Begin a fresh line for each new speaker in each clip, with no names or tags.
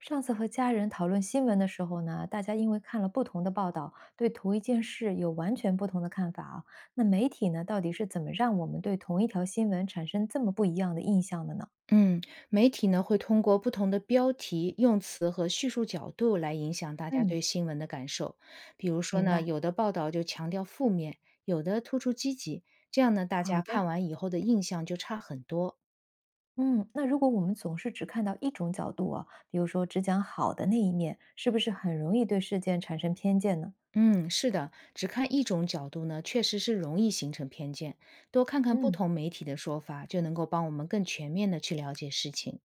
上次和家人讨论新闻的时候呢，大家因为看了不同的报道，对同一件事有完全不同的看法啊。那媒体呢，到底是怎么让我们对同一条新闻产生这么不一样的印象的呢？
嗯，媒体呢会通过不同的标题、用词和叙述角度来影响大家
嗯，
对新闻的感受。比如说
明
呢，
白，
有的报道就强调负面，有的突出积极，这样呢，大
好
家看
的，
完以后的印象就差很多。
嗯，那如果我们总是只看到一种角度啊，比如说只讲好的那一面，是不是很容易对事件产生偏见呢？
嗯，是的，只看一种角度呢，确实是容易形成偏见。多看看不
嗯，
同媒体的说法，就能够帮我们更全面的去了解事情。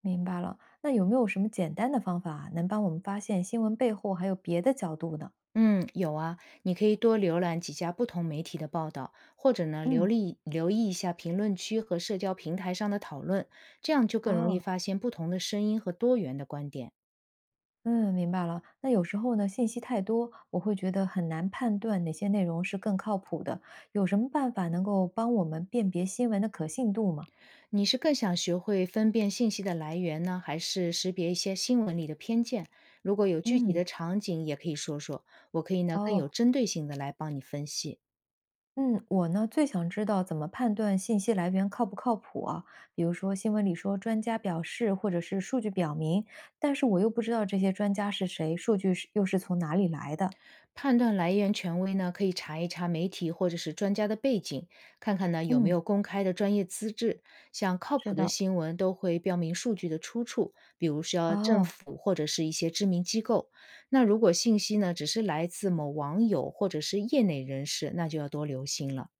明白了。那有没有什么简单的方法啊能帮我们发现新闻背后还有别的角度呢？
嗯，有啊，你可以多浏览几家不同媒体的报道，或者呢，
嗯，
留意一下评论区和社交平台上的讨论，这样就更容易
哦。
发现不同的声音和多元的观点。
嗯，明白了。那有时候呢，信息太多，我会觉得很难判断哪些内容是更靠谱的。有什么办法能够帮我们辨别新闻的可信度吗？
你是更想学会分辨信息的来源呢，还是识别一些新闻里的偏见？如果有具体
嗯，
的场景，也可以说说，我可以呢更有
哦，
针对性的来帮你分析。
嗯，我呢最想知道怎么判断信息来源靠不靠谱啊？比如说新闻里说专家表示，或者是数据表明，但是我又不知道这些专家是谁，数据又是从哪里来的。
判断来源权威呢，可以查一查媒体或者是专家的背景，看看呢有没
嗯，
有公开的专业资质。像靠
是
谱的
的。
新闻都会标明数据的出处，比如说政
哦，
府或者是一些知名机构。那如果信息呢只是来自某网友或者是业内人士，那就要多留心了。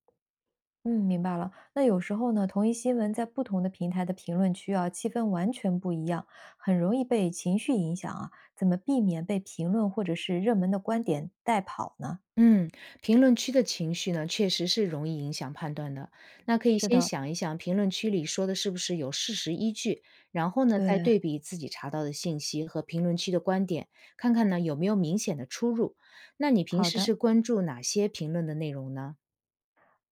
嗯，明白了。那有时候呢，同一新闻在不同的平台的评论区啊，气氛完全不一样，很容易被情绪影响啊。怎么避免被评论或者是热门的观点带跑呢？
嗯，评论区的情绪呢，确实是容易影响判断的。那可以
是
先
的，
想一想，评论区里说的是不是有事实依据，然后呢，再
对，
对比自己查到的信息和评论区的观点，看看呢有没有明显的出入。那你平
好
时
的，
是关注哪些评论的内容呢？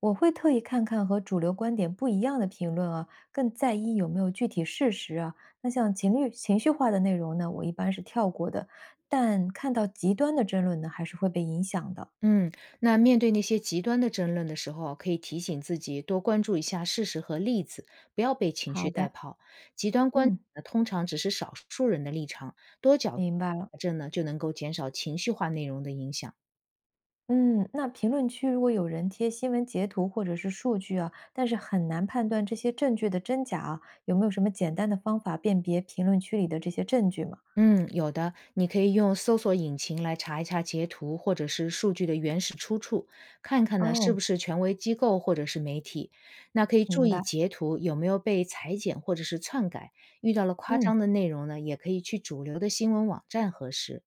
我会特意看看和主流观点不一样的评论啊，更在意有没有具体事实啊。那像情绪化的内容呢，我一般是跳过的，但看到极端的争论呢，还是会被影响的。
嗯，那面对那些极端的争论的时候啊，可以提醒自己多关注一下事实和例子，不要被情
好
绪带
的，
跑。极端观点
嗯，
呢，通常只是少数人的立场，多角度
明白了。
查证呢，就能够减少情绪化内容的影响。
嗯，那评论区如果有人贴新闻截图或者是数据啊，但是很难判断这些证据的真假啊，有没有什么简单的方法辨别评论区里的这些证据嘛？
嗯，有的，你可以用搜索引擎来查一查截图或者是数据的原始出处，看看呢是
哦，
不是权威机构或者是媒体。那可以注
明
意
白。
截图有没有被裁剪或者是篡改，遇到了夸
嗯，
张的内容呢，也可以去主流的新闻网站核实。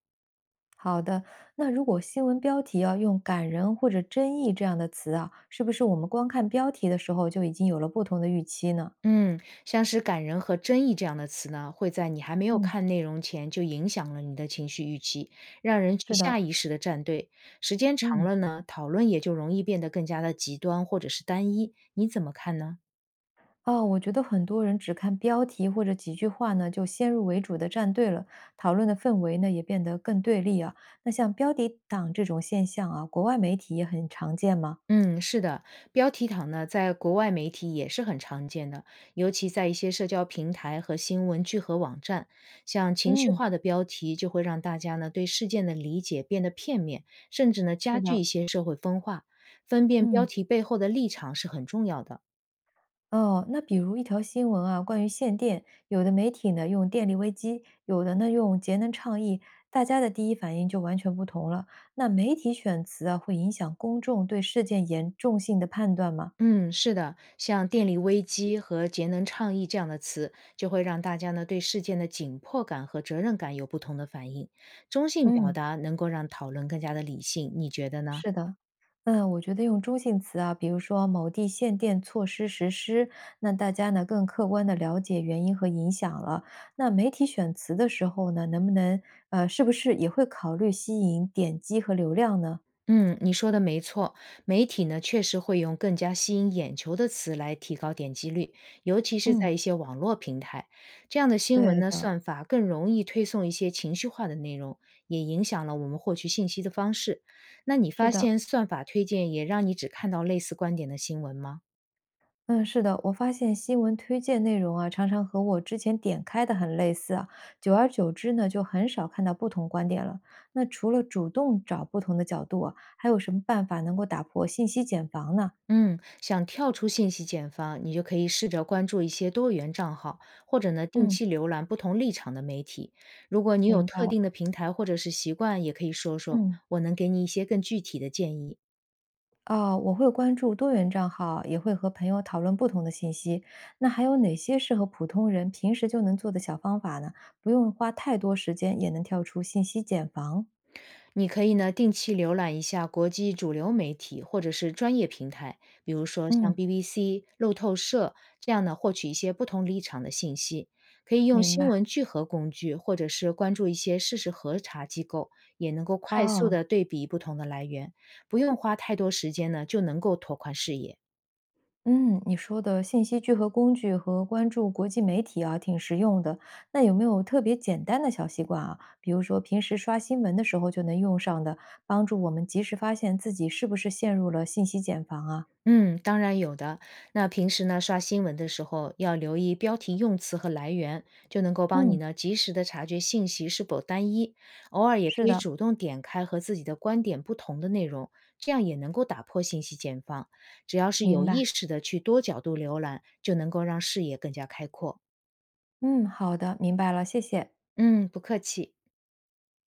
好的。那如果新闻标题要用“感人”或者“争议”这样的词啊，是不是我们光看标题的时候就已经有了不同的预期呢？
嗯，像是感人和争议这样的词呢，会在你还没有
嗯，
看内容前就影响了你的情绪预期，让人去
是的。
下意识的站队。时间长
嗯。
了呢，讨论也就容易变得更加的极端或者是单一。你怎么看呢？
哦，我觉得很多人只看标题或者几句话呢，就先入为主的站队了，讨论的氛围呢也变得更对立啊。那像标题党这种现象啊，国外媒体也很常见吗？
嗯，是的，标题党呢，在国外媒体也是很常见的，尤其在一些社交平台和新闻聚合网站，像情绪
嗯，
化的标题就会让大家呢对事件的理解变得片面，甚至呢
是
加剧
的，
一些社会分化。分辨标
嗯，
题背后的立场是很重要的。
哦，那比如一条新闻啊，关于限电，有的媒体呢用电力危机，有的呢用节能倡议，大家的第一反应就完全不同了。那媒体选词啊，会影响公众对事件严重性的判断吗？
嗯，是的，像电力危机和节能倡议这样的词，就会让大家呢对事件的紧迫感和责任感有不同的反应。中性表
嗯。
达能够让讨论更加的理性，你觉得呢？
是的，嗯，我觉得用中性词啊，比如说某地限电措施实施，那大家呢更客观的了解原因和影响了。那媒体选词的时候呢，能不能是不是也会考虑吸引点击和流量呢？
嗯，你说的没错，媒体呢确实会用更加吸引眼球的词来提高点击率，尤其是
嗯，
在一些网络平台，这样的新闻
对
呢，
的，
算法更容易推送一些情绪化的内容，也影响了我们获取信息的方式。那你
是
发
的，
现算法推荐也让你只看到类似观点的新闻吗？
嗯，是的，我发现新闻推荐内容啊，常常和我之前点开的很类似啊，久而久之呢，就很少看到不同观点了。那除了主动找不同的角度啊，还有什么办法能够打破信息茧房呢？
嗯，想跳出信息茧房，你就可以试着关注一些多元账号，或者呢定
嗯，
期浏览不同立场的媒体。如果你有
明白
特
了。
定的平台或者是习惯，也可以说说，
嗯，
我能给你一些更具体的建议。
哦，我会关注多元账号，也会和朋友讨论不同的信息。那还有哪些适合普通人平时就能做的小方法呢？不用花太多时间也能跳出信息茧房。
你可以呢定期浏览一下国际主流媒体或者是专业平台，比如说像
嗯，
BBC、路透社这样呢，获取一些不同立场的信息。可以用
明
新
白。
闻聚合工具，或者是关注一些事实核查机构，也能够快速
哦，
的对比不同的来源，不用花太多时间呢，就能够拓宽视野。
嗯，你说的信息聚合工具和关注国际媒体啊，挺实用的。那有没有特别简单的小习惯啊？比如说平时刷新闻的时候就能用上的，帮助我们及时发现自己是不是陷入了信息茧房啊？
嗯，当然有的。那平时呢，刷新闻的时候要留意标题用词和来源，就能够帮你
嗯，
呢及时的察觉信息是否单一。偶尔也
是
可以
的。
主动点开和自己的观点不同的内容，这样也能够打破信息茧房。只要是
明
有
白，
意识的去多角度浏览，就能够让视野更加开阔。
嗯，好的，明白了，谢谢。
嗯，不客气。